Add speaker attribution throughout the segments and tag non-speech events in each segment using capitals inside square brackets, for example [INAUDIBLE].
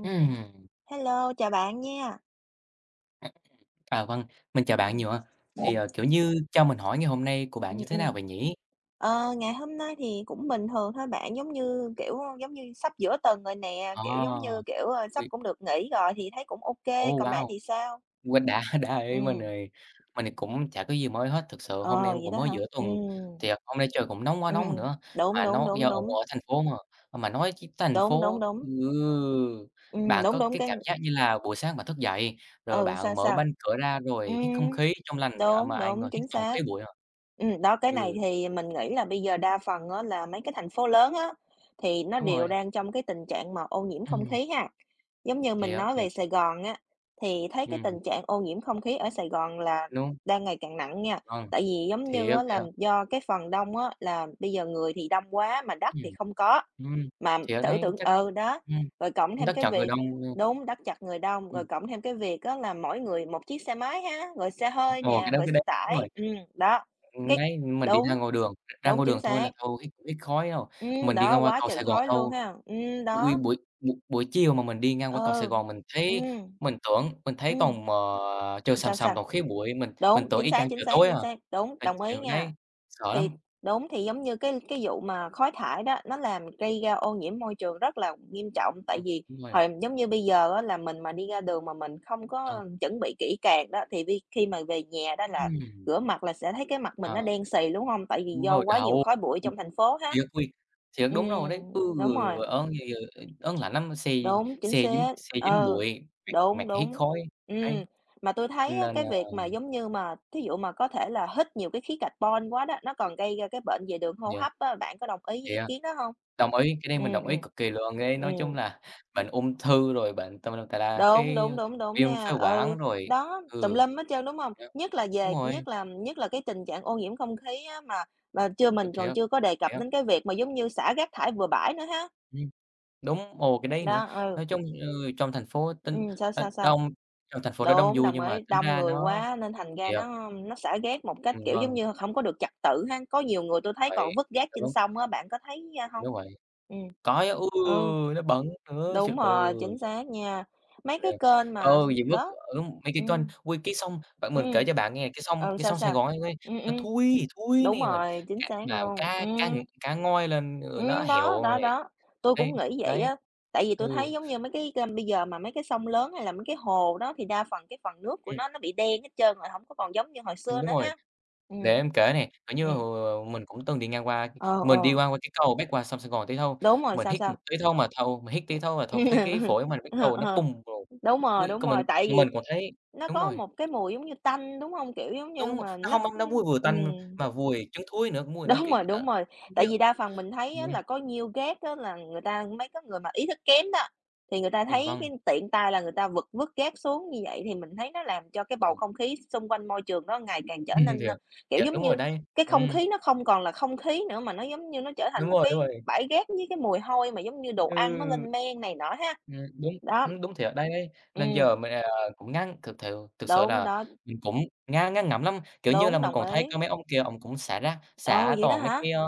Speaker 1: Ừm.
Speaker 2: Ừm,
Speaker 1: Hello, chào bạn nha.
Speaker 2: à, vâng, mình chào bạn
Speaker 1: Ừm,
Speaker 2: nhiều ha. Thì,
Speaker 1: ừm,
Speaker 2: kiểu như, cho mình hỏi ngày hôm nay của bạn
Speaker 1: ừm,
Speaker 2: như thế
Speaker 1: ừm.
Speaker 2: nào vậy nhỉ?
Speaker 1: Ngày hôm nay thì cũng bình thường thôi bạn, giống như sắp giữa tuần rồi nè,
Speaker 2: Ờ,
Speaker 1: kiểu, giống như, kiểu, ờ, sắp
Speaker 2: ôi,
Speaker 1: cũng được nghỉ rồi thì thấy cũng ok.
Speaker 2: ô,
Speaker 1: Còn bạn
Speaker 2: wow,
Speaker 1: thì sao?
Speaker 2: quên đã [LAUGHS] đã vậy mình
Speaker 1: Ừm,
Speaker 2: thì mình thì cũng chả có gì mới hết, thực sự hôm
Speaker 1: ờ,
Speaker 2: nay
Speaker 1: Vậy
Speaker 2: cũng
Speaker 1: đó
Speaker 2: mới
Speaker 1: hả?
Speaker 2: giữa tuần,
Speaker 1: Ừm,
Speaker 2: thì, hôm nay trời cũng nóng quá
Speaker 1: ừm,
Speaker 2: nóng
Speaker 1: ừm,
Speaker 2: nữa,
Speaker 1: đúng,
Speaker 2: mà
Speaker 1: đúng,
Speaker 2: nó do
Speaker 1: đúng,
Speaker 2: ở
Speaker 1: đúng,
Speaker 2: ở thành phố mà, mà nói chứ thành
Speaker 1: đúng, đúng,
Speaker 2: phố
Speaker 1: đúng.
Speaker 2: ừ, bạn
Speaker 1: Đúng,
Speaker 2: có
Speaker 1: đúng,
Speaker 2: cái cảm giác như là buổi sáng bạn thức dậy, rồi bạn
Speaker 1: sao,
Speaker 2: mở banh
Speaker 1: sao?
Speaker 2: cửa ra rồi hít không
Speaker 1: Ừm.
Speaker 2: khí trong lành, mà
Speaker 1: Đúng,
Speaker 2: ai ngờ
Speaker 1: đúng,
Speaker 2: hít
Speaker 1: chính
Speaker 2: toàn khí
Speaker 1: xác.
Speaker 2: bụi à.
Speaker 1: Đó, cái này
Speaker 2: Ừ,
Speaker 1: thì mình nghĩ là bây giờ đa phần á là mấy cái thành phố lớn á, thì nó
Speaker 2: đúng
Speaker 1: đều
Speaker 2: rồi,
Speaker 1: đang trong cái tình trạng mà ô nhiễm không
Speaker 2: ừm,
Speaker 1: khí ha. Giống như mình
Speaker 2: thiệt,
Speaker 1: nói
Speaker 2: thiệt.
Speaker 1: về Sài Gòn á, thì thấy cái
Speaker 2: Ừm,
Speaker 1: tình trạng ô nhiễm không khí ở Sài Gòn là
Speaker 2: đúng,
Speaker 1: đang ngày càng nặng nha.
Speaker 2: vâng,
Speaker 1: Tại vì giống như
Speaker 2: thiệt,
Speaker 1: á là
Speaker 2: thiệt,
Speaker 1: do cái phần đông á là bây giờ người thì đông quá mà đất thì
Speaker 2: ừm,
Speaker 1: không có,
Speaker 2: ừm,
Speaker 1: mà
Speaker 2: thiệt
Speaker 1: thử
Speaker 2: đấy,
Speaker 1: tưởng
Speaker 2: chắc
Speaker 1: ừ, đó, rồi cộng
Speaker 2: ừm,
Speaker 1: thêm
Speaker 2: chắc
Speaker 1: cái
Speaker 2: chọn người
Speaker 1: việc.
Speaker 2: đông, ơ,
Speaker 1: Đúng, tắc chặt người đông,
Speaker 2: ừm,
Speaker 1: rồi cộng thêm cái việc á là mỗi người một chiếc xe máy ha, rồi xe hơi
Speaker 2: ồ, cái
Speaker 1: nè,
Speaker 2: đó
Speaker 1: rồi
Speaker 2: cái
Speaker 1: xe
Speaker 2: đấy đúng
Speaker 1: tải.
Speaker 2: rồi,
Speaker 1: Đó, cái
Speaker 2: đấy, mình đi
Speaker 1: Đúng,
Speaker 2: ra
Speaker 1: đúng,
Speaker 2: ngoài
Speaker 1: chính
Speaker 2: đường thôi
Speaker 1: xác.
Speaker 2: là thôi hít hít khói đâu, mình đi
Speaker 1: Đó,
Speaker 2: ngang qua
Speaker 1: quá
Speaker 2: cầu
Speaker 1: trời
Speaker 2: Sài Gòn
Speaker 1: khói luôn
Speaker 2: thôi,
Speaker 1: ha.
Speaker 2: ui, buổi buổi buổi chiều mà mình đi ngang qua
Speaker 1: Ờ,
Speaker 2: cầu Sài Gòn
Speaker 1: ừ, ừm,
Speaker 2: mình tưởng mình thấy
Speaker 1: ừm,
Speaker 2: toàn mờ trời sầm
Speaker 1: Sao,
Speaker 2: sầm
Speaker 1: sao?
Speaker 2: toàn khí bụi, mình
Speaker 1: Đúng,
Speaker 2: tưởng
Speaker 1: chính
Speaker 2: y chang
Speaker 1: xác, chính
Speaker 2: trời
Speaker 1: xác,
Speaker 2: tối à,
Speaker 1: chính xác, đúng,
Speaker 2: là
Speaker 1: đồng ý
Speaker 2: chiều
Speaker 1: nha.
Speaker 2: đấy, sợ
Speaker 1: Thì
Speaker 2: lắm.
Speaker 1: thì giống như cái vụ mà khói thải đó, nó làm gây ra ô nhiễm môi trường rất là nghiêm trọng, tại
Speaker 2: Vâng,
Speaker 1: vì
Speaker 2: đúng rồi,
Speaker 1: hồi giống như bây giờ á là mình mà đi ra đường mà mình không
Speaker 2: vâng,
Speaker 1: có chuẩn bị kỹ càng đó, thì vi khi mà về nhà đó là
Speaker 2: ừm,
Speaker 1: rửa mặt là sẽ thấy cái mặt mình
Speaker 2: ờ,
Speaker 1: nó đen xì, đúng không? Tại vì
Speaker 2: đúng
Speaker 1: do
Speaker 2: rồi,
Speaker 1: quá nhiều
Speaker 2: đau.
Speaker 1: khói bụi trong thành phố ha.
Speaker 2: Thiệt ôi, thiệt, đúng rồi đấy. Ừ,
Speaker 1: Đúng rồi.
Speaker 2: ớn lạnh lắm, xe
Speaker 1: Đúng, chính xác.
Speaker 2: xe dính
Speaker 1: Ừ,
Speaker 2: bụi, mặt
Speaker 1: đúng,
Speaker 2: mặt hít
Speaker 1: đúng.
Speaker 2: khói,
Speaker 1: ừ
Speaker 2: đấy,
Speaker 1: mà tôi thấy á,
Speaker 2: nên,
Speaker 1: cái việc mà, giống như, mà thí dụ mà có thể là hít nhiều cái khí carbon quá đó, nó còn gây ra cái bệnh về đường hô
Speaker 2: yeah,
Speaker 1: hấp á, bạn có đồng ý với ý
Speaker 2: yeah,
Speaker 1: kiến đó không?
Speaker 2: đồng ý, cái đấy mình
Speaker 1: Ừm,
Speaker 2: đồng ý
Speaker 1: ừm.
Speaker 2: cực kỳ luôn ấy. Nói chung
Speaker 1: Ừm,
Speaker 2: là bệnh ung thư rồi bệnh tùm lum tà la,
Speaker 1: Đúng,
Speaker 2: cái
Speaker 1: đúng, đúng, đúng
Speaker 2: viêm phế
Speaker 1: nha. Ừ,
Speaker 2: quản rồi
Speaker 1: Đó, tùm
Speaker 2: ừ,
Speaker 1: lum hết trơn, đúng không?
Speaker 2: yeah,
Speaker 1: Nhất là
Speaker 2: đúng
Speaker 1: về
Speaker 2: rồi,
Speaker 1: nhất là cái tình trạng ô nhiễm không khí á, mà chưa
Speaker 2: thiệt,
Speaker 1: mình còn
Speaker 2: thiệt,
Speaker 1: chưa có đề cập
Speaker 2: thiệt,
Speaker 1: đến cái việc mà, giống như, xả rác thải bừa bãi nữa ha.
Speaker 2: ừm, đúng, ồ, cái đấy nữa.
Speaker 1: Đó, ừ.
Speaker 2: Nói chung, ừ, trong thành phố tính
Speaker 1: Sao, sao, sao?
Speaker 2: đông trong thành phố nó đông
Speaker 1: Đúng,
Speaker 2: vui
Speaker 1: đồng
Speaker 2: nhưng mà
Speaker 1: ý,
Speaker 2: tính
Speaker 1: đông
Speaker 2: ra
Speaker 1: người
Speaker 2: nó
Speaker 1: quá nên thành ra
Speaker 2: thiệt,
Speaker 1: nó xả rác một cách, kiểu, giống
Speaker 2: vâng,
Speaker 1: như không có được trật tự ha. Có nhiều người tôi thấy
Speaker 2: vậy
Speaker 1: còn vứt rác trên
Speaker 2: đúng,
Speaker 1: sông á, bạn có thấy, a, hông?
Speaker 2: đúng vậy.
Speaker 1: Ừm.
Speaker 2: Có á, ừ,
Speaker 1: Ừ,
Speaker 2: nó bẩn nữa, trời
Speaker 1: đúng
Speaker 2: ơi,
Speaker 1: rồi, chính xác nha. Mấy cái
Speaker 2: [UNINTELLIGIBLE]
Speaker 1: kênh mà
Speaker 2: ừ, gì mất
Speaker 1: đó,
Speaker 2: ở mấy cái kênh,
Speaker 1: ừm,
Speaker 2: ui, cái sông bạn mình kể
Speaker 1: ừm.
Speaker 2: cho bạn nghe, cái sông
Speaker 1: Ừ,
Speaker 2: cái
Speaker 1: Sao,
Speaker 2: sông Sài
Speaker 1: sao?
Speaker 2: Gòn ấy ấy,
Speaker 1: Ừm,
Speaker 2: nó
Speaker 1: ừm,
Speaker 2: thui, thui
Speaker 1: đúng
Speaker 2: nè, mình
Speaker 1: rồi, chính
Speaker 2: cá
Speaker 1: xác
Speaker 2: mà
Speaker 1: luôn.
Speaker 2: cá cá ng cá ngoi lên, ừ, nó héo nè,
Speaker 1: Đó, tôi
Speaker 2: đấy,
Speaker 1: cũng nghĩ vậy
Speaker 2: đấy,
Speaker 1: á, tại vì tôi thấy,
Speaker 2: ừ,
Speaker 1: giống như, mấy cái kênh bây giờ mà mấy cái sông lớn hay là mấy cái hồ đó thì đa phần cái phần nước của
Speaker 2: ừm,
Speaker 1: nó bị đen hết trơn rồi, không có còn giống như hồi xưa
Speaker 2: đúng
Speaker 1: nữa
Speaker 2: rồi.
Speaker 1: ha. ừ
Speaker 2: Để em kể nè, kiểu như,
Speaker 1: ừ
Speaker 2: hồi mình cũng từng đi ngang qua
Speaker 1: ờ,
Speaker 2: mình đi
Speaker 1: ờ,
Speaker 2: ngang qua cái cầu bắc qua sông Sài Gòn tí thôi,
Speaker 1: Đúng rồi, sao, sao?
Speaker 2: mình hít tí thôi mà thầu thấy cái
Speaker 1: [LAUGHS]
Speaker 2: phổi mình bắt
Speaker 1: Ờ,
Speaker 2: đầu nó
Speaker 1: ờ,
Speaker 2: bùng rồi,
Speaker 1: Đúng rồi,
Speaker 2: ui,
Speaker 1: đúng
Speaker 2: còn
Speaker 1: rồi,
Speaker 2: mình
Speaker 1: tại vì
Speaker 2: mình còn thấy
Speaker 1: nó
Speaker 2: đúng
Speaker 1: có
Speaker 2: rồi.
Speaker 1: một cái mùi giống như tanh, đúng không? Kiểu, giống như
Speaker 2: Đúng rồi,
Speaker 1: mà
Speaker 2: nó hông
Speaker 1: nó
Speaker 2: ăn nó mùi vừa
Speaker 1: ừm.
Speaker 2: tanh mà mùi trứng thúi nữa, mùi nó
Speaker 1: đúng rồi,
Speaker 2: kỹ nó
Speaker 1: đúng rồi.
Speaker 2: không
Speaker 1: Tại
Speaker 2: biết.
Speaker 1: vì đa phần mình thấy
Speaker 2: Ừm,
Speaker 1: á là có nhiều rác á là người ta mấy cái người mà ý thức kém đó, thì người ta thấy
Speaker 2: vâng,
Speaker 1: cái tiện tay là người ta vứt vứt rác xuống như vậy thì mình thấy nó làm cho cái bầu
Speaker 2: vâng,
Speaker 1: không khí xung quanh môi trường nó ngày càng
Speaker 2: [LAUGHS]
Speaker 1: trở
Speaker 2: ừm,
Speaker 1: nên,
Speaker 2: thiệt,
Speaker 1: kiểu,
Speaker 2: thiệt,
Speaker 1: giống
Speaker 2: đúng rồi
Speaker 1: như,
Speaker 2: đấy.
Speaker 1: cái không
Speaker 2: Ừm,
Speaker 1: khí nó không còn là không khí nữa mà nó, giống như, nó trở thành một
Speaker 2: đúng
Speaker 1: cái
Speaker 2: rồi,
Speaker 1: bãi rác với cái mùi hôi mà giống như đồ ăn nó
Speaker 2: ừ,
Speaker 1: lên men này nọ ha.
Speaker 2: đúng,
Speaker 1: Đó,
Speaker 2: đúng thiệt đấy, đấy. Nên
Speaker 1: ừm,
Speaker 2: giờ mình, cũng ngán thực sự
Speaker 1: đúng
Speaker 2: là
Speaker 1: đó,
Speaker 2: mình cũng ngán ngán ngẩm lắm, kiểu như là,
Speaker 1: đúng,
Speaker 2: mình
Speaker 1: đồng
Speaker 2: còn thấy
Speaker 1: ý.
Speaker 2: có mấy ông kia ổng cũng xả rác,
Speaker 1: Ồ,
Speaker 2: xả
Speaker 1: vậy đó
Speaker 2: toàn mấy
Speaker 1: hả?
Speaker 2: cái,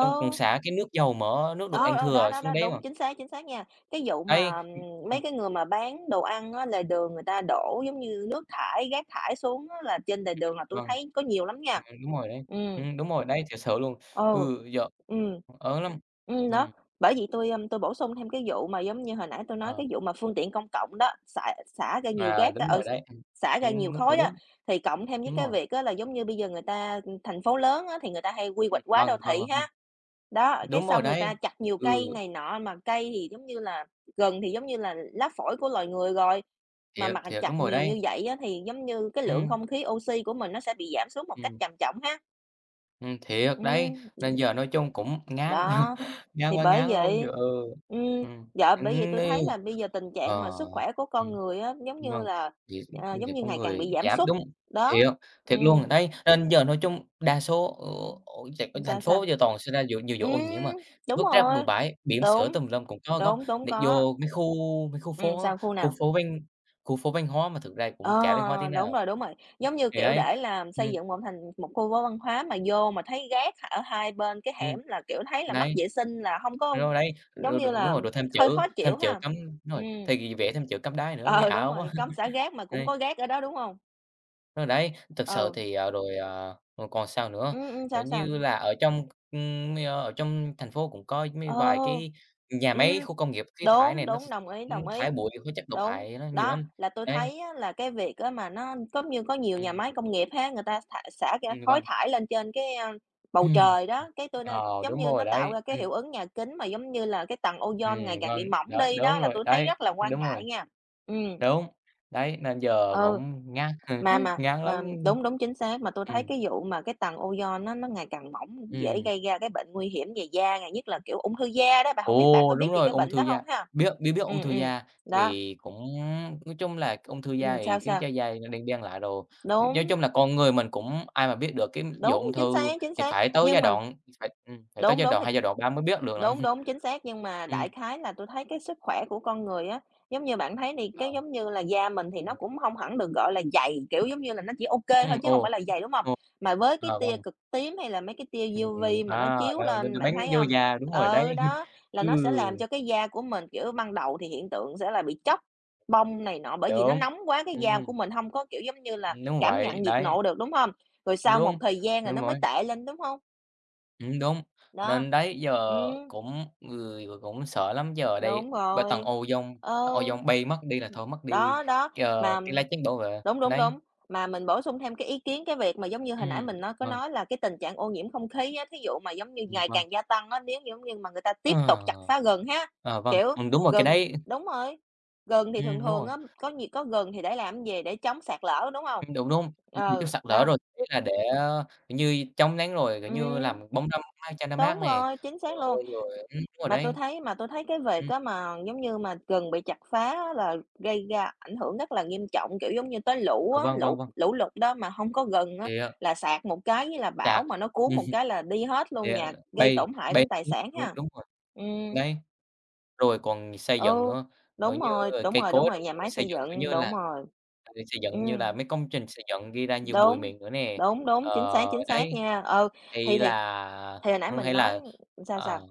Speaker 2: ông cũng xả cái nước dầu mỡ, nước đồ ăn
Speaker 1: Ờ, đó,
Speaker 2: thừa
Speaker 1: đó,
Speaker 2: xuống
Speaker 1: đó,
Speaker 2: đấy mà.
Speaker 1: đúng, chính xác nha.
Speaker 2: Đấy, ừm,
Speaker 1: Mấy cái người mà bán đồ ăn á, lề đường người ta đổ giống như nước thải, rác thải xuống á là trên lề đường là tui
Speaker 2: vâng.
Speaker 1: thấy có nhiều lắm nha.
Speaker 2: À, đúng rồi đấy.
Speaker 1: Ừm.
Speaker 2: Đúng rồi đấy, thiệt sự luôn.
Speaker 1: Ừ,
Speaker 2: Ừ, giờ
Speaker 1: ừm.
Speaker 2: ớn lắm.
Speaker 1: Ừm, đó,
Speaker 2: Ừm,
Speaker 1: Bởi vì tôi, tôi bổ sung thêm cái vụ mà giống như hồi nãy tôi nói
Speaker 2: ờ,
Speaker 1: cái vụ mà phương tiện công cộng đó, xả xả ra nhiều
Speaker 2: à,
Speaker 1: gác á,
Speaker 2: đúng rồi đấy.
Speaker 1: xả ra nhiều
Speaker 2: Đúng, ừ,
Speaker 1: khói á,
Speaker 2: đúng,
Speaker 1: thì cộng thêm với
Speaker 2: đúng
Speaker 1: cái
Speaker 2: rồi.
Speaker 1: việc á là giống như bây giờ người ta thành phố lớn á thì người ta hay quy hoạch quá đô
Speaker 2: Vâng, vâng,
Speaker 1: thị
Speaker 2: vâng,
Speaker 1: ha. Đó, cái
Speaker 2: đúng rồi
Speaker 1: xong người
Speaker 2: đấy.
Speaker 1: ta chặt nhiều
Speaker 2: Ừ,
Speaker 1: cây này nọ, mà cây thì giống như là gần thì giống như là lá phổi của loài người rồi, mà
Speaker 2: thiệt,
Speaker 1: mà
Speaker 2: thiệt,
Speaker 1: chặt
Speaker 2: đúng rồi
Speaker 1: nhiều
Speaker 2: đấy.
Speaker 1: như vậy á thì giống như cái lượng
Speaker 2: Ừm,
Speaker 1: không khí oxy của mình nó sẽ bị giảm xuống một cách
Speaker 2: ừm,
Speaker 1: trầm trọng ha.
Speaker 2: thiệt đấy,
Speaker 1: Ừm,
Speaker 2: nên giờ nói chung cũng ngán,
Speaker 1: Đó.
Speaker 2: [LAUGHS] ngán
Speaker 1: Thì
Speaker 2: quá
Speaker 1: bởi
Speaker 2: ngán luôn,
Speaker 1: vậy
Speaker 2: trời ơi.
Speaker 1: ừm,
Speaker 2: Ừm,
Speaker 1: dạ, bởi vậy tôi
Speaker 2: ờ.
Speaker 1: thấy là bây giờ tình trạng mà sức khỏe của
Speaker 2: Ờ.
Speaker 1: con người á,
Speaker 2: Vâng, thì thì
Speaker 1: giống như
Speaker 2: có
Speaker 1: ngày càng
Speaker 2: người
Speaker 1: bị giảm
Speaker 2: dám
Speaker 1: sút.
Speaker 2: đúng,
Speaker 1: Đó,
Speaker 2: thiệt, thiệt luôn.
Speaker 1: ừm.
Speaker 2: Đấy, nên giờ nói chung đa số ở ở chạy ở
Speaker 1: Ừm,
Speaker 2: thành
Speaker 1: Sao,
Speaker 2: phố
Speaker 1: sao?
Speaker 2: giờ toàn xảy ra vụ nhiều vụ
Speaker 1: Ừm,
Speaker 2: ô nhiễm mà,
Speaker 1: đúng
Speaker 2: vứt rác bừa
Speaker 1: rồi,
Speaker 2: bãi, bỉm sữa
Speaker 1: đúng,
Speaker 2: tùm lum cũng có góc,
Speaker 1: đúng, đúng,
Speaker 2: để
Speaker 1: có.
Speaker 2: vô mấy khu phố á,
Speaker 1: Sao, khu
Speaker 2: khu
Speaker 1: nào?
Speaker 2: phố ven khu phố văn hóa mà thực ra cũng
Speaker 1: Ờ,
Speaker 2: chả văn hóa tí nào.
Speaker 1: đúng rồi, giống như,
Speaker 2: Thì
Speaker 1: kiểu,
Speaker 2: đấy,
Speaker 1: để làm xây
Speaker 2: ừm,
Speaker 1: dựng một thành một khu phố văn hóa mà vô mà thấy rác ở hai bên cái
Speaker 2: ừm,
Speaker 1: hẻm là, kiểu, thấy là mất
Speaker 2: đấy.
Speaker 1: vệ sinh là hông có
Speaker 2: Rồi đấy,
Speaker 1: giống
Speaker 2: rồi
Speaker 1: như
Speaker 2: rồi đúng
Speaker 1: là,
Speaker 2: rồi, rồi thêm chữ
Speaker 1: hơi khó chịu
Speaker 2: thêm chữ
Speaker 1: ha.
Speaker 2: cấm đúng rồi,
Speaker 1: Ừm.
Speaker 2: thì vẽ thêm chữ cấm đá nữa nghe
Speaker 1: Ờ, đúng
Speaker 2: ảo
Speaker 1: rồi,
Speaker 2: quá.
Speaker 1: cấm xả
Speaker 2: [LAUGHS]
Speaker 1: rác mà cũng
Speaker 2: Đấy.
Speaker 1: có rác ở đó, đúng hông?
Speaker 2: Ờ, đấy, thực sự
Speaker 1: Ừ,
Speaker 2: thì, rồi còn sao nữa, kiểu
Speaker 1: Sao, sao?
Speaker 2: như là, ở trong thành phố cũng có mấy
Speaker 1: Ờ,
Speaker 2: vài cái nhà máy,
Speaker 1: ừm,
Speaker 2: khu công nghiệp khí thải
Speaker 1: đúng,
Speaker 2: này
Speaker 1: đúng, đồng ý, đồng
Speaker 2: thải
Speaker 1: ý.
Speaker 2: bụi hóa chất độc
Speaker 1: Đúng,
Speaker 2: hại nó nhiều
Speaker 1: đó,
Speaker 2: lắm.
Speaker 1: là tui
Speaker 2: Đấy,
Speaker 1: thấy á là cái việc á mà nó có như có nhiều nhà
Speaker 2: ừm,
Speaker 1: máy công nghiệp ha, người ta thả xả ra khói
Speaker 2: vâng.
Speaker 1: thải lên trên cái,
Speaker 2: [CLEARS THROAT]
Speaker 1: bầu
Speaker 2: Ừm,
Speaker 1: trời đó, cái tui nên
Speaker 2: ờ,
Speaker 1: giống
Speaker 2: đúng
Speaker 1: như
Speaker 2: rồi
Speaker 1: nó tạo
Speaker 2: đấy,
Speaker 1: ra cái hiệu ứng nhà kính mà giống như là cái tầng ozone ngày
Speaker 2: ừm,
Speaker 1: càng
Speaker 2: vâng,
Speaker 1: bị mỏng đi đó, là tui thấy
Speaker 2: đấy,
Speaker 1: rất là quan
Speaker 2: đúng rồi,
Speaker 1: ngại nha. Ừm,
Speaker 2: đúng. Đấy, nên giờ
Speaker 1: ừ.
Speaker 2: cũng ngán [LAUGHS] ngán lắm.
Speaker 1: Mà Đúng, đúng, chính xác, mà tôi thấy
Speaker 2: Ừm,
Speaker 1: cái vụ mà cái tầng ozone nó ngày càng mỏng, dễ
Speaker 2: ừm.
Speaker 1: gây ra cái bệnh nguy hiểm về da ngày nhất là, kiểu, ung thư da đó, bạn không biết bạn
Speaker 2: Ồ,
Speaker 1: có biết
Speaker 2: đúng
Speaker 1: về
Speaker 2: rồi,
Speaker 1: cái
Speaker 2: ung
Speaker 1: bệnh
Speaker 2: thư
Speaker 1: đó
Speaker 2: da,
Speaker 1: không ha?
Speaker 2: biết biết biết ung
Speaker 1: ừ
Speaker 2: thư
Speaker 1: ừ
Speaker 2: da
Speaker 1: Đó,
Speaker 2: thì cũng nói chung là ung thư da thì
Speaker 1: sao,
Speaker 2: khiến cho
Speaker 1: sao?
Speaker 2: da nó đen đen lại rồi.
Speaker 1: Đúng,
Speaker 2: Nói chung là con người mình cũng ai mà biết được cái vụ
Speaker 1: đúng,
Speaker 2: ung thư
Speaker 1: chính
Speaker 2: thì
Speaker 1: xác, nhưng mà
Speaker 2: phải tới
Speaker 1: đúng,
Speaker 2: giai
Speaker 1: đúng,
Speaker 2: đoạn
Speaker 1: thì
Speaker 2: hai giai đoạn ba mới biết được lận.
Speaker 1: Đúng,
Speaker 2: [LAUGHS]
Speaker 1: đúng, chính xác, nhưng mà
Speaker 2: Ừm,
Speaker 1: đại khái là tôi thấy cái sức khỏe của con người á, giống như bạn thấy thì
Speaker 2: ờ,
Speaker 1: cái giống như là da mình thì nó
Speaker 2: ừm,
Speaker 1: cũng không hẳn được gọi là dày, kiểu, giống như là nó chỉ ok thôi chứ không
Speaker 2: ồ,
Speaker 1: phải là dày, đúng không?
Speaker 2: ồ,
Speaker 1: Mà với cái
Speaker 2: ờ,
Speaker 1: tia
Speaker 2: vâng,
Speaker 1: cực tím hay là mấy cái
Speaker 2: ừm,
Speaker 1: tia UV mà nó
Speaker 2: à,
Speaker 1: chiếu
Speaker 2: nên nên
Speaker 1: lên,
Speaker 2: nó bám
Speaker 1: bạn thấy
Speaker 2: vô
Speaker 1: không?
Speaker 2: da, đúng rồi đấy. [LAUGHS]
Speaker 1: Đó, là
Speaker 2: Ừ,
Speaker 1: nó sẽ làm cho cái da của mình, kiểu, ban đầu thì hiện tượng sẽ là bị tróc, bong này nọ bởi vì nó
Speaker 2: đúng,
Speaker 1: nóng quá cái da
Speaker 2: ừm,
Speaker 1: của mình không có, kiểu, giống như là,
Speaker 2: đúng
Speaker 1: cảm
Speaker 2: vậy,
Speaker 1: nhận nhiệt
Speaker 2: đấy,
Speaker 1: độ được, đúng không? Rồi sau một
Speaker 2: đúng,
Speaker 1: thời gian rồi
Speaker 2: đúng
Speaker 1: nó mới
Speaker 2: rồi.
Speaker 1: tệ lên, đúng không?
Speaker 2: Đúng,
Speaker 1: Đó,
Speaker 2: nên đấy,
Speaker 1: ừ
Speaker 2: giờ cũng người cũng sợ lắm, giờ ở đây
Speaker 1: Đúng
Speaker 2: ba
Speaker 1: rồi. Ờ.
Speaker 2: tầng ozone bay mất đi là thôi mất đi,
Speaker 1: Đó, đó,
Speaker 2: cái, ờ,
Speaker 1: mà
Speaker 2: cái lá chắn bảo vệ,
Speaker 1: đúng, đúng,
Speaker 2: đấy,
Speaker 1: đúng, mà mình bổ sung thêm cái ý kiến cái việc mà giống như hồi nãy
Speaker 2: ừm,
Speaker 1: mình nói có
Speaker 2: vâng,
Speaker 1: nói là cái tình trạng ô nhiễm không khí á, thí dụ mà giống như ngày
Speaker 2: vâng.
Speaker 1: càng gia tăng á, nếu giống như mà người ta
Speaker 2: Ờ,
Speaker 1: tiếp tục chặt phá rừng ha,
Speaker 2: ờ, vâng,
Speaker 1: kiểu,
Speaker 2: đúng rồi, cái
Speaker 1: rừng
Speaker 2: đấy
Speaker 1: đúng rồi, rừng thì thường
Speaker 2: đúng
Speaker 1: thường
Speaker 2: rồi,
Speaker 1: á, có gì có rừng thì để làm gì, để chống sạt lở, đúng không?
Speaker 2: đúng, đúng, đúng bị chắc
Speaker 1: Ừ,
Speaker 2: sạt lở
Speaker 1: đó,
Speaker 2: rồi, ý là để, ơ, kiểu như, chống nắng rồi, kiểu như,
Speaker 1: ừm,
Speaker 2: làm bóng râm mát cho nó mát
Speaker 1: đúng
Speaker 2: nè,
Speaker 1: rồi, chính
Speaker 2: ờ,
Speaker 1: xác luôn.
Speaker 2: ôi, rồi đúng rồi
Speaker 1: Mà tôi
Speaker 2: đấy.
Speaker 1: thấy mà tôi thấy cái việc
Speaker 2: Ừm,
Speaker 1: á mà, giống như, mà rừng bị chặt phá á là gây ra ảnh hưởng rất là nghiêm trọng, kiểu, giống như, tới lũ
Speaker 2: ờ,
Speaker 1: á,
Speaker 2: vâng, vâng,
Speaker 1: lũ
Speaker 2: vâng,
Speaker 1: lũ lụt đó mà không có rừng á
Speaker 2: thì,
Speaker 1: là sạt một cái với là bão
Speaker 2: sạt,
Speaker 1: mà nó cuốn một
Speaker 2: [LAUGHS]
Speaker 1: cái là đi hết
Speaker 2: thì,
Speaker 1: luôn nhà, gây
Speaker 2: bay
Speaker 1: tổn hại
Speaker 2: bay
Speaker 1: đến tài
Speaker 2: xuống
Speaker 1: sản
Speaker 2: luôn,
Speaker 1: ha.
Speaker 2: đúng rồi,
Speaker 1: Ừm,
Speaker 2: đấy. Rồi còn xây dựng
Speaker 1: ừ,
Speaker 2: nữa,
Speaker 1: đúng
Speaker 2: như
Speaker 1: rồi,
Speaker 2: là
Speaker 1: đúng
Speaker 2: cây
Speaker 1: rồi, đúng
Speaker 2: cối
Speaker 1: rồi,
Speaker 2: rồi
Speaker 1: nhà
Speaker 2: còn
Speaker 1: máy
Speaker 2: xây
Speaker 1: xây
Speaker 2: dựng, kiểu
Speaker 1: dựng,
Speaker 2: như là,
Speaker 1: đúng rồi,
Speaker 2: xây dựng như là
Speaker 1: ừm,
Speaker 2: mấy công trình xây dựng gây ra nhiều bụi
Speaker 1: đúng,
Speaker 2: mịn nữa nè.
Speaker 1: đúng, đúng,
Speaker 2: Ờ,
Speaker 1: chính xác
Speaker 2: đấy,
Speaker 1: nha. Ừ, thì
Speaker 2: hay
Speaker 1: thì
Speaker 2: là
Speaker 1: thì hồi nãy
Speaker 2: ừm,
Speaker 1: mình
Speaker 2: hay
Speaker 1: nói
Speaker 2: là,
Speaker 1: Sao, sao?
Speaker 2: ờ,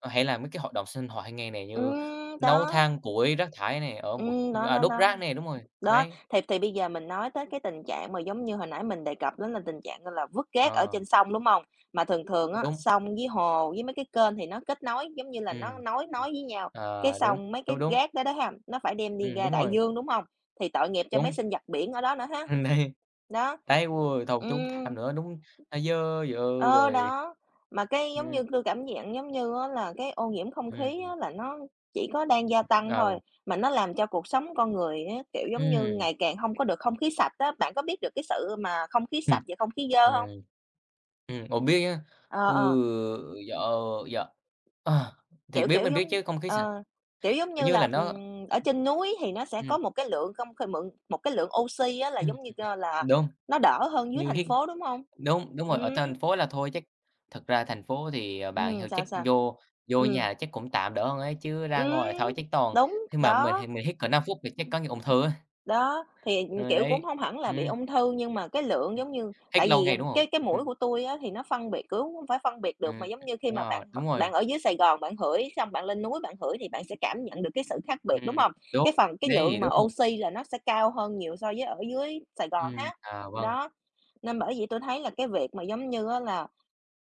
Speaker 2: hay là mấy cái hoạt động sinh hoạt hàng ngày này
Speaker 1: Ừ,
Speaker 2: như nấu
Speaker 1: đó,
Speaker 2: than củi, rác thải này,
Speaker 1: đó, đó,
Speaker 2: đốt
Speaker 1: đó.
Speaker 2: rác này, đúng rồi,
Speaker 1: Đó,
Speaker 2: đấy,
Speaker 1: thì bây giờ mình nói tới cái tình trạng mà giống như hồi nãy mình đề cập đến là tình trạng, là, vứt rác ở
Speaker 2: ờ,
Speaker 1: trên sông, đúng hông? Mà thường thường á,
Speaker 2: đúng,
Speaker 1: sông với hồ với mấy cái kênh thì nó kết nối, giống như là, nó
Speaker 2: ừm,
Speaker 1: nối
Speaker 2: ừm,
Speaker 1: nối với nhau, cái
Speaker 2: ờ, đúng,
Speaker 1: xong mấy cái
Speaker 2: đúng, đúng,
Speaker 1: rác đó đó ha, nó phải đem đi ra
Speaker 2: đúng
Speaker 1: đại
Speaker 2: rồi,
Speaker 1: dương, đúng hông? Thì tội nghiệp cho mấy
Speaker 2: đúng, [LAUGHS]
Speaker 1: sinh vật biển ở đó nữa ha.
Speaker 2: đấy,
Speaker 1: Đó,
Speaker 2: đấy, ôi, thôi, tốn than
Speaker 1: ừm.
Speaker 2: nữa, đúng, à, dơ dợ
Speaker 1: Ờ,
Speaker 2: rồi.
Speaker 1: đó, mà cái, giống như,
Speaker 2: Ừm.
Speaker 1: tui cảm nhận giống như á là cái ô nhiễm không khí
Speaker 2: Ừm,
Speaker 1: á là nó chỉ có đang gia tăng
Speaker 2: ờ,
Speaker 1: thôi, mà nó làm cho cuộc sống con người á, kiểu, giống như,
Speaker 2: ừm,
Speaker 1: ngày càng hông có được không khí sạch á. Bạn có biết được cái sự mà không khí
Speaker 2: ừm,
Speaker 1: sạch và không khí dơ
Speaker 2: ờ,
Speaker 1: hông?
Speaker 2: ủa, biết á,
Speaker 1: Ờ, ờ,
Speaker 2: ừ, dạ, dạ, ờ, thì
Speaker 1: kiểu, kiểu,
Speaker 2: mình
Speaker 1: giống
Speaker 2: biết chứ không khí sạch,
Speaker 1: ờ, kiểu, giống
Speaker 2: kiểu
Speaker 1: như
Speaker 2: như là,
Speaker 1: là,
Speaker 2: nó
Speaker 1: ở trên núi thì nó sẽ
Speaker 2: ừm,
Speaker 1: có một cái lượng không khí mượn một cái lượng oxy á là,
Speaker 2: ừm,
Speaker 1: giống như, là
Speaker 2: đúng,
Speaker 1: nó đỡ hơn dưới
Speaker 2: như
Speaker 1: thành
Speaker 2: hít
Speaker 1: phố, đúng hông?
Speaker 2: đúng, đúng rồi, ở thành
Speaker 1: Ừm,
Speaker 2: phố là thôi chắc thật ra thành phố thì, bạn hiểu chắc
Speaker 1: sao, sao?
Speaker 2: vô vô
Speaker 1: Ừm,
Speaker 2: nhà chắc cũng tạm đỡ hơn ấy, chứ ra ngoài thôi
Speaker 1: ừm,
Speaker 2: chắc toàn
Speaker 1: đúng,
Speaker 2: khi mà mình thì
Speaker 1: đó.
Speaker 2: mình hít cỡ 5 phút thì chắc có người ung thư á,
Speaker 1: Đó, thì,
Speaker 2: ừ,
Speaker 1: kiểu, cũng
Speaker 2: đấy,
Speaker 1: hông hẳn là bị
Speaker 2: ừm,
Speaker 1: ung thư nhưng mà cái lượng giống như
Speaker 2: hít
Speaker 1: tại
Speaker 2: lâu
Speaker 1: vì
Speaker 2: ngày đúng hông?
Speaker 1: cái mũi
Speaker 2: Ừm,
Speaker 1: của tui á thì nó phân biệt, kiểu, hông phải phân biệt được
Speaker 2: ừm,
Speaker 1: mà giống như khi mà
Speaker 2: ờ,
Speaker 1: bạn
Speaker 2: đúng rồi,
Speaker 1: bạn ở dưới Sài Gòn bạn hửi, xong bạn lên núi bạn hửi thì bạn sẽ cảm nhận được cái sự khác biệt, đúng
Speaker 2: ừm,
Speaker 1: hông?
Speaker 2: đúng,
Speaker 1: Cái phần cái
Speaker 2: đấy, thì
Speaker 1: lượng mà
Speaker 2: đúng rồi.
Speaker 1: oxy là nó sẽ cao hơn nhiều so với ở dưới Sài Gòn ha.
Speaker 2: À, vâng,
Speaker 1: Đó, nên bởi vậy tui thấy là cái việc mà giống như á là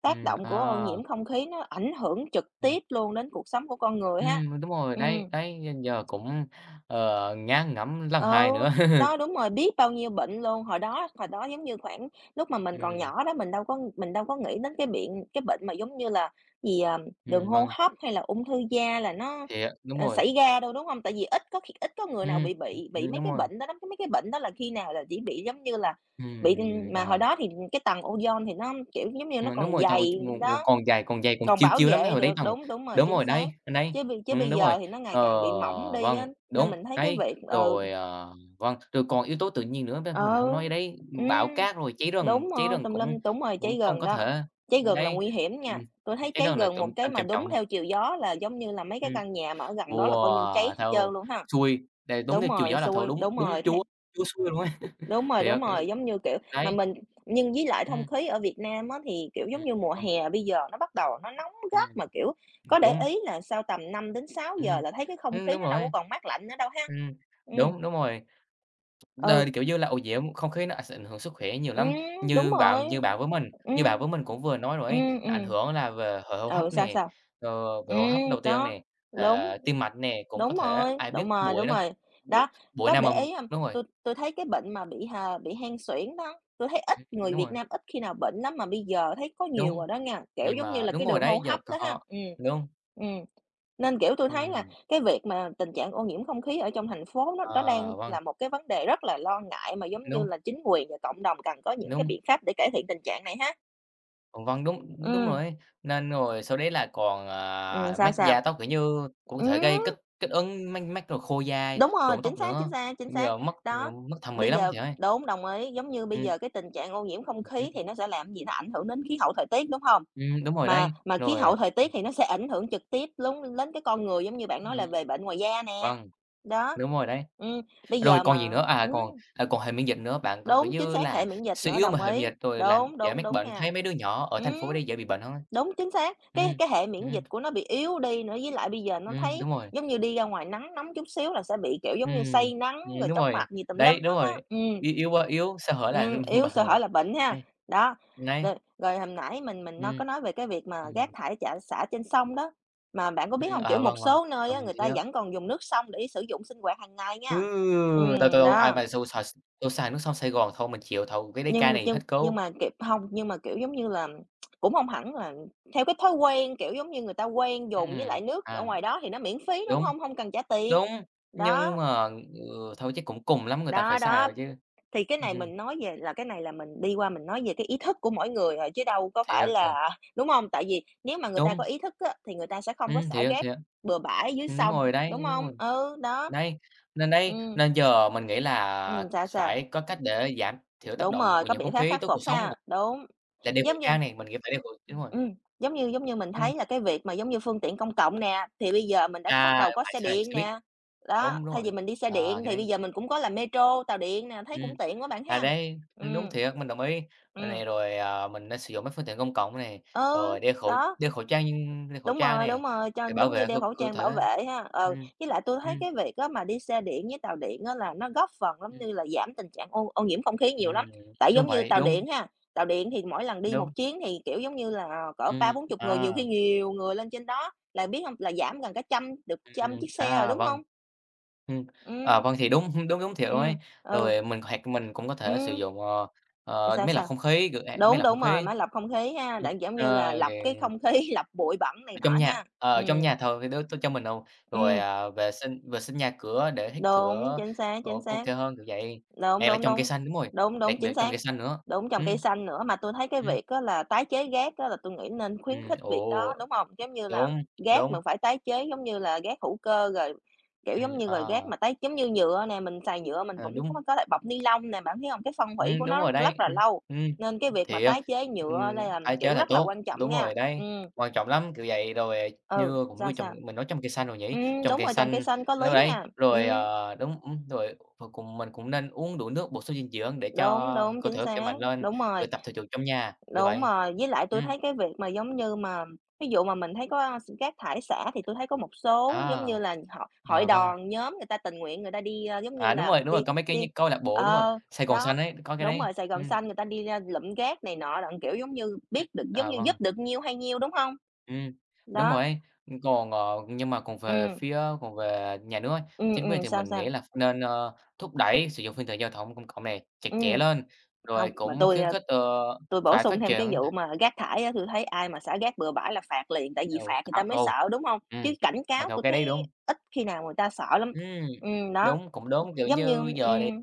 Speaker 1: tác động của ô
Speaker 2: à,
Speaker 1: nhiễm không khí nó ảnh hưởng trực
Speaker 2: ừm,
Speaker 1: tiếp luôn đến cuộc sống của con người ha.
Speaker 2: đúng rồi, đấy,
Speaker 1: Ừm.
Speaker 2: đấy, nên giờ cũng, ngán ngẩm lần
Speaker 1: Ừ,
Speaker 2: hai nữa. [LAUGHS]
Speaker 1: đó, đúng rồi, biết bao nhiêu bệnh luôn. Hồi đó, giống như, khoảng lúc mà mình còn
Speaker 2: Ừm,
Speaker 1: nhỏ đó, mình đâu có nghĩ đến cái bệnh mà giống như là gì, à, đường hô
Speaker 2: vâng,
Speaker 1: hấp hay là ung thư da là nó,
Speaker 2: thì, à,
Speaker 1: ờ, xảy ra đâu, đúng không? Tại vì ít có người nào bị mấy
Speaker 2: đúng
Speaker 1: cái
Speaker 2: rồi,
Speaker 1: bệnh đó lắm, mấy cái bệnh đó là khi nào là chỉ bị, giống như là, bị, ừ,
Speaker 2: ừm,
Speaker 1: mà hồi
Speaker 2: ờ.
Speaker 1: đó thì cái tầng ozone thì nó, kiểu, giống như, nó
Speaker 2: Đúng
Speaker 1: còn
Speaker 2: rồi, trời ơi,
Speaker 1: dày,
Speaker 2: ngủ ngủ
Speaker 1: đó,
Speaker 2: còn dài còn dài, còn
Speaker 1: còn
Speaker 2: chill
Speaker 1: bảo
Speaker 2: chill lắm, cái
Speaker 1: vệ
Speaker 2: hồi đấy
Speaker 1: được.
Speaker 2: tầm
Speaker 1: Đúng, đúng rồi,
Speaker 2: đúng
Speaker 1: chính
Speaker 2: rồi, đấy,
Speaker 1: xác.
Speaker 2: đấy,
Speaker 1: Chứ bây chứ bây
Speaker 2: đúng rồi.
Speaker 1: giờ thì nó ngày
Speaker 2: Ờ,
Speaker 1: càng bị mỏng đi á,
Speaker 2: vâng,
Speaker 1: nên
Speaker 2: đúng,
Speaker 1: mình thấy cái
Speaker 2: đấy,
Speaker 1: việc ừ.
Speaker 2: rồi, ờ, vâng, rồi còn yếu tố tự nhiên nữa đó, mình
Speaker 1: Ờ,
Speaker 2: hông nói đấy,
Speaker 1: ừm,
Speaker 2: bão cát rồi
Speaker 1: đúng
Speaker 2: cháy
Speaker 1: rồi,
Speaker 2: rừng
Speaker 1: tùm lum,
Speaker 2: cũng
Speaker 1: đúng rồi, cháy
Speaker 2: cũng không
Speaker 1: gần
Speaker 2: có
Speaker 1: đó,
Speaker 2: thể
Speaker 1: cháy gần là
Speaker 2: đấy,
Speaker 1: nguy hiểm
Speaker 2: ừm,
Speaker 1: nha. Tôi thấy
Speaker 2: cháy
Speaker 1: cháy
Speaker 2: rừng là
Speaker 1: gần một
Speaker 2: tụm
Speaker 1: cái
Speaker 2: tầm
Speaker 1: mà
Speaker 2: trầm
Speaker 1: đúng
Speaker 2: trọng,
Speaker 1: theo chiều gió là giống như là mấy cái
Speaker 2: ừm,
Speaker 1: căn nhà mà ở gần đó là coi như cháy
Speaker 2: wow,
Speaker 1: hết trơn
Speaker 2: thâu
Speaker 1: luôn ha.
Speaker 2: xui, đây đúng
Speaker 1: Đúng
Speaker 2: theo chiều
Speaker 1: rồi,
Speaker 2: gió là thôi,
Speaker 1: xui,
Speaker 2: đúng
Speaker 1: đúng rồi,
Speaker 2: đúng
Speaker 1: thế
Speaker 2: Chúa Chúa xui luôn ấy,
Speaker 1: đúng
Speaker 2: thiệt, ừ,
Speaker 1: rồi, giống như, kiểu,
Speaker 2: đấy,
Speaker 1: mà mình nhưng với lại không
Speaker 2: ừm,
Speaker 1: khí ở Việt Nam á thì, kiểu,
Speaker 2: ừm,
Speaker 1: giống như mùa
Speaker 2: vâng,
Speaker 1: hè bây giờ nó bắt đầu nó nóng gắt
Speaker 2: ừm,
Speaker 1: mà, kiểu, có để
Speaker 2: đúng,
Speaker 1: ý là sau tầm 5 đến 6 giờ
Speaker 2: ừm,
Speaker 1: là thấy cái không khí
Speaker 2: đúng
Speaker 1: nó đâu có
Speaker 2: rồi.
Speaker 1: còn mát lạnh nữa đâu ha.
Speaker 2: Ừm,
Speaker 1: Ừm,
Speaker 2: đúng, đúng rồi.
Speaker 1: ừ,
Speaker 2: Đời, kiểu như là, ô nhiễm không khí nó sẽ ảnh hưởng sức khỏe nhiều lắm.
Speaker 1: ừm, đúng
Speaker 2: Như
Speaker 1: rồi,
Speaker 2: bạn như bạn với mình Như bạn
Speaker 1: ừm,
Speaker 2: với mình cũng vừa nói rồi ấy, nó ảnh
Speaker 1: ừm.
Speaker 2: hưởng là về hệ hô
Speaker 1: Ừ,
Speaker 2: hấp
Speaker 1: sao,
Speaker 2: nè,
Speaker 1: sao?
Speaker 2: về
Speaker 1: Ừ,
Speaker 2: hô hấp đầu tiên
Speaker 1: đó,
Speaker 2: nè,
Speaker 1: đúng,
Speaker 2: hệ tim mạch nè, cũng có
Speaker 1: đúng
Speaker 2: thể
Speaker 1: rồi,
Speaker 2: ai biết
Speaker 1: đúng rồi,
Speaker 2: bụi
Speaker 1: đúng
Speaker 2: nó
Speaker 1: rồi.
Speaker 2: bụi
Speaker 1: Đó,
Speaker 2: bụi
Speaker 1: có
Speaker 2: nào
Speaker 1: để
Speaker 2: mà
Speaker 1: ý không?
Speaker 2: đúng rồi,
Speaker 1: Tôi thấy cái bệnh mà bị hen suyễn đó, tôi thấy ít
Speaker 2: ừm,
Speaker 1: người
Speaker 2: đúng
Speaker 1: Việt
Speaker 2: rồi,
Speaker 1: Nam ít khi nào bệnh lắm mà bây giờ thấy có nhiều
Speaker 2: đúng,
Speaker 1: rồi đó nha, kiểu,
Speaker 2: gì
Speaker 1: giống như
Speaker 2: mà
Speaker 1: là
Speaker 2: đúng
Speaker 1: cái
Speaker 2: rồi
Speaker 1: đường hô
Speaker 2: đấy, giờ
Speaker 1: hấp
Speaker 2: c
Speaker 1: đó ha.
Speaker 2: họ
Speaker 1: Ừ,
Speaker 2: đúng,
Speaker 1: ừm, nên, kiểu, tôi thấy là
Speaker 2: ừm,
Speaker 1: cái việc mà tình trạng ô nhiễm không khí ở trong thành phố nó đang
Speaker 2: ờ, vâng,
Speaker 1: là một cái vấn đề rất là lo ngại mà giống như
Speaker 2: đúng,
Speaker 1: là chính quyền và cộng đồng cần có những cái
Speaker 2: đúng.
Speaker 1: biện pháp để cải thiện tình trạng này ha.
Speaker 2: Vâng, đúng đúng
Speaker 1: Ừ,
Speaker 2: rồi. Nên rồi sau đấy là còn, à,
Speaker 1: sao,
Speaker 2: mát
Speaker 1: sao?
Speaker 2: da tóc, kiểu như, cũng có thể gây
Speaker 1: Ừ.
Speaker 2: kích kích ứng, mát mát rồi khô da,
Speaker 1: Đúng rồi,
Speaker 2: rụng
Speaker 1: chính
Speaker 2: tóc
Speaker 1: xác, chính
Speaker 2: nữa,
Speaker 1: xác, chính xác.
Speaker 2: giờ
Speaker 1: Đó,
Speaker 2: mất thẩm mỹ
Speaker 1: bây
Speaker 2: lắm
Speaker 1: giờ
Speaker 2: chị ơi.
Speaker 1: đúng, đồng ý, giống như bây
Speaker 2: Ừm,
Speaker 1: giờ cái tình trạng ô nhiễm không
Speaker 2: ừm,
Speaker 1: khí thì nó sẽ làm gì? Nó ảnh hưởng đến khí hậu thời tiết, đúng hông?
Speaker 2: đúng rồi đấy,
Speaker 1: Mà khí
Speaker 2: rồi,
Speaker 1: hậu thời tiết thì nó sẽ ảnh hưởng trực tiếp lún đến cái con người, giống như bạn
Speaker 2: ừm,
Speaker 1: nói là về bệnh ngoài da nè.
Speaker 2: vâng,
Speaker 1: Đó,
Speaker 2: đúng rồi đấy.
Speaker 1: ừm, bây
Speaker 2: Rồi
Speaker 1: giờ
Speaker 2: còn gì
Speaker 1: mà
Speaker 2: nữa? À, còn, còn hệ miễn dịch nữa, bạn còn, kiểu
Speaker 1: đúng, chính
Speaker 2: như
Speaker 1: xác, hệ
Speaker 2: là,
Speaker 1: miễn dịch
Speaker 2: suy
Speaker 1: nữa,
Speaker 2: yếu mà
Speaker 1: đồng
Speaker 2: hệ miễn
Speaker 1: ý.
Speaker 2: dịch rồi làm
Speaker 1: Đúng,
Speaker 2: dễ
Speaker 1: đúng,
Speaker 2: mắc
Speaker 1: đúng
Speaker 2: bệnh,
Speaker 1: nha.
Speaker 2: thấy mấy đứa nhỏ ở thành phố
Speaker 1: Ừm.
Speaker 2: đấy dễ bị bệnh hông?
Speaker 1: Đúng, chính xác,
Speaker 2: Ừm,
Speaker 1: cái hệ miễn
Speaker 2: ừm,
Speaker 1: dịch của nó bị yếu đi nữa, với lại bây giờ nó thấy
Speaker 2: đúng rồi.
Speaker 1: giống như đi ra ngoài nắng nóng chút xíu là sẽ bị, kiểu, giống như
Speaker 2: Ừm,
Speaker 1: say nắng rồi
Speaker 2: đúng
Speaker 1: chóng
Speaker 2: rồi.
Speaker 1: mặt gì tùm lum
Speaker 2: Đấy, đúng
Speaker 1: hết
Speaker 2: rồi,
Speaker 1: á.
Speaker 2: yếu yếu quá yếu, sơ hở là [LAUGHS]
Speaker 1: Yếu
Speaker 2: bà
Speaker 1: sơ hở là bệnh ha.
Speaker 2: đấy,
Speaker 1: Đó,
Speaker 2: đấy,
Speaker 1: rồi rồi hồi nãy mình nó có
Speaker 2: ừm.
Speaker 1: nói về cái việc mà rác
Speaker 2: Ừm,
Speaker 1: thải chả xả trên sông đó, mà bạn có biết không kiểu,
Speaker 2: à,
Speaker 1: một
Speaker 2: vâng, vâng,
Speaker 1: số nơi
Speaker 2: ờ,
Speaker 1: á,
Speaker 2: mình
Speaker 1: người
Speaker 2: sẽ
Speaker 1: ta
Speaker 2: nhớ.
Speaker 1: vẫn còn dùng nước sông để sử dụng sinh hoạt hàng ngày nha.
Speaker 2: Ừ, thôi, thôi, ai
Speaker 1: Đó.
Speaker 2: mà xù xòa xù xà nước sông Sài Gòn thôi mình chịu, thôi cái đấy ca
Speaker 1: Nhưng
Speaker 2: này
Speaker 1: nhưng
Speaker 2: hết
Speaker 1: nhưng
Speaker 2: cứu.
Speaker 1: mà, kiểu không nhưng mà, kiểu, giống như là, cũng không hẳn là theo cái thói quen, kiểu, giống như, người ta quen dùng với lại nước ở
Speaker 2: À,
Speaker 1: ngoài đó thì nó miễn phí, đúng
Speaker 2: đúng,
Speaker 1: không? Không cần trả tiền.
Speaker 2: đúng, nhưng
Speaker 1: Đó,
Speaker 2: mà, ừ, thôi chắc cũng cùng lắm người ta phải
Speaker 1: đó,
Speaker 2: sai
Speaker 1: đó,
Speaker 2: rồi chứ.
Speaker 1: thì cái này
Speaker 2: Ừm,
Speaker 1: mình nói về là cái này là mình đi qua mình nói về cái ý thức của mỗi người à, chứ đâu có phải
Speaker 2: thiệt, thiệt,
Speaker 1: là đúng không? Tại vì nếu mà người ta
Speaker 2: đúng,
Speaker 1: có ý thức á, thì người ta sẽ không có xả
Speaker 2: thiệt,
Speaker 1: rác
Speaker 2: thiệt,
Speaker 1: bừa bãi dưới sông, đúng
Speaker 2: đúng
Speaker 1: không?
Speaker 2: rồi.
Speaker 1: Ừ, đó.
Speaker 2: Đấy, đấy
Speaker 1: Ừm,
Speaker 2: nên giờ mình nghĩ là
Speaker 1: sao, sao?
Speaker 2: phải có cách để giảm thiểu tác
Speaker 1: Đúng
Speaker 2: động
Speaker 1: rồi,
Speaker 2: ô
Speaker 1: có
Speaker 2: nhiễm
Speaker 1: biện
Speaker 2: không
Speaker 1: pháp
Speaker 2: khí
Speaker 1: khắc
Speaker 2: tới cuộc
Speaker 1: phục
Speaker 2: sống của
Speaker 1: ha, đúng.
Speaker 2: là đeo khẩu
Speaker 1: Giống như
Speaker 2: trang này, mình nghĩ phải đeo khẩu đúng rồi,
Speaker 1: ừm, giống như mình
Speaker 2: ừm,
Speaker 1: thấy là cái việc mà giống như phương tiện công cộng nè, thì bây giờ mình đã bắt
Speaker 2: à,
Speaker 1: đầu có
Speaker 2: phải
Speaker 1: xe
Speaker 2: xài xe
Speaker 1: điện
Speaker 2: buýt,
Speaker 1: nè.
Speaker 2: đúng,
Speaker 1: Đó,
Speaker 2: đúng
Speaker 1: thay
Speaker 2: rồi,
Speaker 1: vì mình đi xe
Speaker 2: ờ,
Speaker 1: điện
Speaker 2: cái
Speaker 1: thì bây
Speaker 2: đấy,
Speaker 1: giờ mình cũng có là metro, tàu điện nè, thấy cũng
Speaker 2: ừm,
Speaker 1: tiện quá bạn
Speaker 2: à,
Speaker 1: ha.
Speaker 2: đấy, đúng
Speaker 1: Ừm.
Speaker 2: thiệt, mình đồng ý. Rồi
Speaker 1: Ừm,
Speaker 2: này rồi, à, mình nên sử dụng các phương tiện công cộng này,
Speaker 1: ừ,
Speaker 2: rồi
Speaker 1: đó.
Speaker 2: đeo khẩu trang này
Speaker 1: Đúng rồi, cho
Speaker 2: để bảo
Speaker 1: giống như
Speaker 2: vệ cơ
Speaker 1: đeo khẩu
Speaker 2: cơ
Speaker 1: trang
Speaker 2: thể.
Speaker 1: bảo vệ ha. Ờ,
Speaker 2: Ừm,
Speaker 1: với lại tôi thấy
Speaker 2: ừm,
Speaker 1: cái việc á mà đi xe điện với tàu điện á là nó góp phần lắm
Speaker 2: ừm,
Speaker 1: như là giảm tình trạng ô ô nhiễm không khí nhiều
Speaker 2: ừm,
Speaker 1: lắm. Tại
Speaker 2: đúng
Speaker 1: giống như
Speaker 2: vậy,
Speaker 1: tàu
Speaker 2: đúng,
Speaker 1: điện ha, tàu điện thì mỗi lần đi
Speaker 2: đúng,
Speaker 1: một chuyến thì, kiểu, giống như là cỡ ba bốn chục người,
Speaker 2: à.
Speaker 1: nhiều khi nhiều người lên trên đó, là biết không? Là giảm gần cả trăm được trăm chiếc xe rồi,
Speaker 2: À,
Speaker 1: đúng
Speaker 2: vâng.
Speaker 1: không?
Speaker 2: Ừm, à,
Speaker 1: Ừm,
Speaker 2: vâng, thì đúng, đúng, đúng thiệt luôn ấy.
Speaker 1: ừm, ừ,
Speaker 2: Rồi mình hoặc mình cũng có thể sử
Speaker 1: ừm,
Speaker 2: dụng,
Speaker 1: sao,
Speaker 2: máy lọc
Speaker 1: sao?
Speaker 2: không khí, máy
Speaker 1: Đúng,
Speaker 2: lọc không
Speaker 1: đúng rồi,
Speaker 2: khí.
Speaker 1: máy lọc không khí ha, để, giống như
Speaker 2: Ờ,
Speaker 1: là, lọc
Speaker 2: rồi
Speaker 1: cái không khí, [LAUGHS] lọc bụi bẩn này
Speaker 2: trong
Speaker 1: nọ
Speaker 2: nhà
Speaker 1: ha.
Speaker 2: trong
Speaker 1: Ừm,
Speaker 2: nhà thờ thì đ tôi cho mình đồ, rồi,
Speaker 1: ừm,
Speaker 2: à, vệ sinh nhà cửa để hít thở,
Speaker 1: đúng, chính xác,
Speaker 2: ờ,
Speaker 1: chính
Speaker 2: ok
Speaker 1: xác.
Speaker 2: hơn, kiểu vậy.
Speaker 1: Đúng,
Speaker 2: Hay là
Speaker 1: đúng,
Speaker 2: trồng cây
Speaker 1: đúng.
Speaker 2: xanh, đúng rồi,
Speaker 1: Đúng,
Speaker 2: đặc
Speaker 1: đúng, chính
Speaker 2: biệt trồng
Speaker 1: xác.
Speaker 2: cây xanh nữa.
Speaker 1: Đúng, trồng cây
Speaker 2: Ừm.
Speaker 1: xanh nữa, mà tui thấy cái
Speaker 2: Ừm,
Speaker 1: việc á là tái chế rác á là tui nghĩ nên khuyến khích việc đó,
Speaker 2: ồ,
Speaker 1: đúng hông? Giống như là
Speaker 2: đúng,
Speaker 1: rác
Speaker 2: đúng,
Speaker 1: mình phải tái chế giống như là rác hữu cơ rồi, kiểu, giống như,
Speaker 2: à,
Speaker 1: rồi rác mà tái giống như nhựa nè, mình xài nhựa mình
Speaker 2: à,
Speaker 1: cũng
Speaker 2: đúng.
Speaker 1: có thể bọc ni lông nè, bạn thấy hông? Cái phân hủy của
Speaker 2: Đúng
Speaker 1: nó
Speaker 2: rồi
Speaker 1: rất rất
Speaker 2: đấy.
Speaker 1: là lâu,
Speaker 2: Ừm,
Speaker 1: nên cái việc mà
Speaker 2: thì,
Speaker 1: tái chế
Speaker 2: ừm,
Speaker 1: nhựa là,
Speaker 2: tái chế
Speaker 1: kiểu,
Speaker 2: là
Speaker 1: rất là
Speaker 2: tốt,
Speaker 1: quan trọng
Speaker 2: đúng
Speaker 1: nha.
Speaker 2: rồi đấy, quan trọng lắm, kiểu vậy. Rồi, ờ,
Speaker 1: Ừ,
Speaker 2: như cũng nuôi
Speaker 1: sao,
Speaker 2: trồng
Speaker 1: sao?
Speaker 2: mình nói trồng cây xanh rồi nhỉ? Trồng
Speaker 1: Đúng
Speaker 2: cây
Speaker 1: rồi, trồng cây
Speaker 2: xanh
Speaker 1: xanh có
Speaker 2: đúng rồi
Speaker 1: lý
Speaker 2: đấy,
Speaker 1: nha.
Speaker 2: rồi,
Speaker 1: Ừm,
Speaker 2: đúng, rồi rồi cùng mình cũng nên uống đủ nước, bổ sung dinh dưỡng để
Speaker 1: đúng,
Speaker 2: cho
Speaker 1: đúng,
Speaker 2: cơ thể
Speaker 1: chính
Speaker 2: khỏe
Speaker 1: xác,
Speaker 2: mạnh lên,
Speaker 1: đúng
Speaker 2: rồi
Speaker 1: rồi.
Speaker 2: tập thể dục trong nhà, kiểu
Speaker 1: Đúng
Speaker 2: vậy.
Speaker 1: rồi, với lại tôi
Speaker 2: Ừm,
Speaker 1: thấy cái việc mà, giống như, mà ví dụ mà mình thấy có, a, rác thải xả thì tôi thấy có một số, giống như
Speaker 2: à,
Speaker 1: là, hội hội
Speaker 2: à, vâng,
Speaker 1: đoàn, nhóm người ta tình nguyện người ta đi, a, giống như
Speaker 2: à,
Speaker 1: là,
Speaker 2: đúng rồi,
Speaker 1: đi
Speaker 2: có mấy cái như
Speaker 1: đi
Speaker 2: câu lạc bộ, đúng rồi,
Speaker 1: ờ,
Speaker 2: Sài Gòn Xanh
Speaker 1: đó,
Speaker 2: ấy, có cái
Speaker 1: đúng
Speaker 2: đấy,
Speaker 1: rồi, Sài Gòn
Speaker 2: ừm,
Speaker 1: Xanh người ta đi ra lụm rác này nọ đặng, kiểu, giống như, biết được giống
Speaker 2: à,
Speaker 1: như, giúp
Speaker 2: vâng.
Speaker 1: được nhiêu hay nhiêu, đúng không?
Speaker 2: Ừm, đúng
Speaker 1: Đó,
Speaker 2: rồi ấy. Còn, nhưng mà
Speaker 1: ừm,
Speaker 2: còn về nhà nước ấy, chính quyền thì
Speaker 1: sao,
Speaker 2: mình nghĩ
Speaker 1: sao?
Speaker 2: là nên, thúc đẩy sử dụng phương tiện giao thông công cộng này chặt chẽ
Speaker 1: Ừm,
Speaker 2: lên, rồi
Speaker 1: không mà
Speaker 2: cũng
Speaker 1: tôi
Speaker 2: khuyến khích,
Speaker 1: Tôi bổ
Speaker 2: phải
Speaker 1: sung
Speaker 2: phát
Speaker 1: thêm cái
Speaker 2: triển
Speaker 1: vụ mà rác thải á, tôi thấy ai mà xả rác bừa bãi là phạt liền, tại vì
Speaker 2: ừ,
Speaker 1: phạt người
Speaker 2: tạo
Speaker 1: ta mới
Speaker 2: đồ
Speaker 1: sợ, đúng hông?
Speaker 2: ừm,
Speaker 1: Chứ cảnh
Speaker 2: mặc
Speaker 1: cáo
Speaker 2: dù
Speaker 1: tôi
Speaker 2: cái
Speaker 1: thấy
Speaker 2: đấy đúng.
Speaker 1: ít khi nào người ta sợ lắm.
Speaker 2: Ừm,
Speaker 1: Đó,
Speaker 2: đúng, cũng đúng, kiểu
Speaker 1: giống
Speaker 2: như,
Speaker 1: như
Speaker 2: giờ thì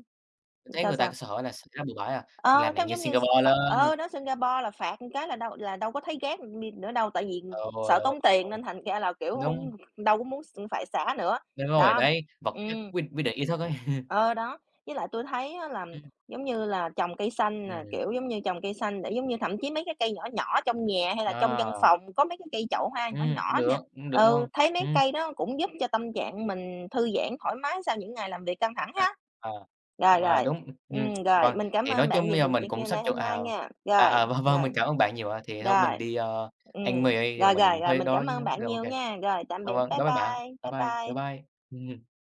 Speaker 2: mình thấy
Speaker 1: sao,
Speaker 2: người ta cứ
Speaker 1: sao?
Speaker 2: sợ là sẽ bừa bãi à,
Speaker 1: Ờ,
Speaker 2: làm
Speaker 1: nó
Speaker 2: nạn như
Speaker 1: giống như
Speaker 2: Singapore
Speaker 1: phạt
Speaker 2: lên,
Speaker 1: ờ, đó, Singapore là phạt một cái là đâu có thấy rác đi nữa đâu, tại vì
Speaker 2: ừ,
Speaker 1: sợ
Speaker 2: ừ,
Speaker 1: tốn tiền
Speaker 2: ừ,
Speaker 1: nên thành ra là, kiểu,
Speaker 2: đúng,
Speaker 1: đâu có muốn phải xả nữa.
Speaker 2: đúng rồi,
Speaker 1: Đó,
Speaker 2: đấy, vật chất
Speaker 1: ừm.
Speaker 2: quyết quyết định ý thức ấy.
Speaker 1: Ờ, đó, với lại tôi thấy á là,
Speaker 2: [LAUGHS]
Speaker 1: giống như là, trồng cây xanh nè,
Speaker 2: Ừm,
Speaker 1: kiểu, giống như, trồng cây xanh để, giống như, thậm chí mấy cái cây nhỏ nhỏ
Speaker 2: ừm,
Speaker 1: trong nhà hay là trong văn
Speaker 2: đó.
Speaker 1: phòng, có mấy cái cây chậu hoa nhỏ nhỏ nè.
Speaker 2: Cũng được
Speaker 1: Ừ,
Speaker 2: luôn.
Speaker 1: thấy mấy
Speaker 2: Ừm,
Speaker 1: cây đó cũng giúp cho tâm trạng mình thư giãn thoải mái sau những ngày làm việc căng thẳng
Speaker 2: à,
Speaker 1: ha.
Speaker 2: ờ,
Speaker 1: Rồi,
Speaker 2: ờ,
Speaker 1: rồi,
Speaker 2: đúng, ừm,
Speaker 1: rồi,
Speaker 2: vâng,
Speaker 1: mình cảm
Speaker 2: thì nói
Speaker 1: ơn bạn
Speaker 2: chung
Speaker 1: về
Speaker 2: bây giờ
Speaker 1: cuộc
Speaker 2: mình
Speaker 1: chuyện
Speaker 2: cũng
Speaker 1: kia
Speaker 2: sắp
Speaker 1: nay
Speaker 2: chu
Speaker 1: hôm
Speaker 2: à,
Speaker 1: nay nha.
Speaker 2: à,
Speaker 1: Rồi,
Speaker 2: à, vâng, vâng,
Speaker 1: rồi,
Speaker 2: mình cảm ơn bạn nhiều ạ. Thì thôi mình
Speaker 1: rồi.
Speaker 2: đi,
Speaker 1: Ừm,
Speaker 2: ăn mì đây, giờ
Speaker 1: rồi,
Speaker 2: mình
Speaker 1: rồi,
Speaker 2: cũng
Speaker 1: rồi,
Speaker 2: hơi
Speaker 1: mình
Speaker 2: đói
Speaker 1: cảm ơn bạn
Speaker 2: rồi, ô
Speaker 1: nhiều
Speaker 2: kê.
Speaker 1: nha. Rồi, tạm
Speaker 2: Dạ
Speaker 1: biệt,
Speaker 2: vâng,
Speaker 1: bye
Speaker 2: bye bye bạn.
Speaker 1: bye, bye
Speaker 2: Bye bye, bye
Speaker 1: bye.
Speaker 2: bye. Ừm.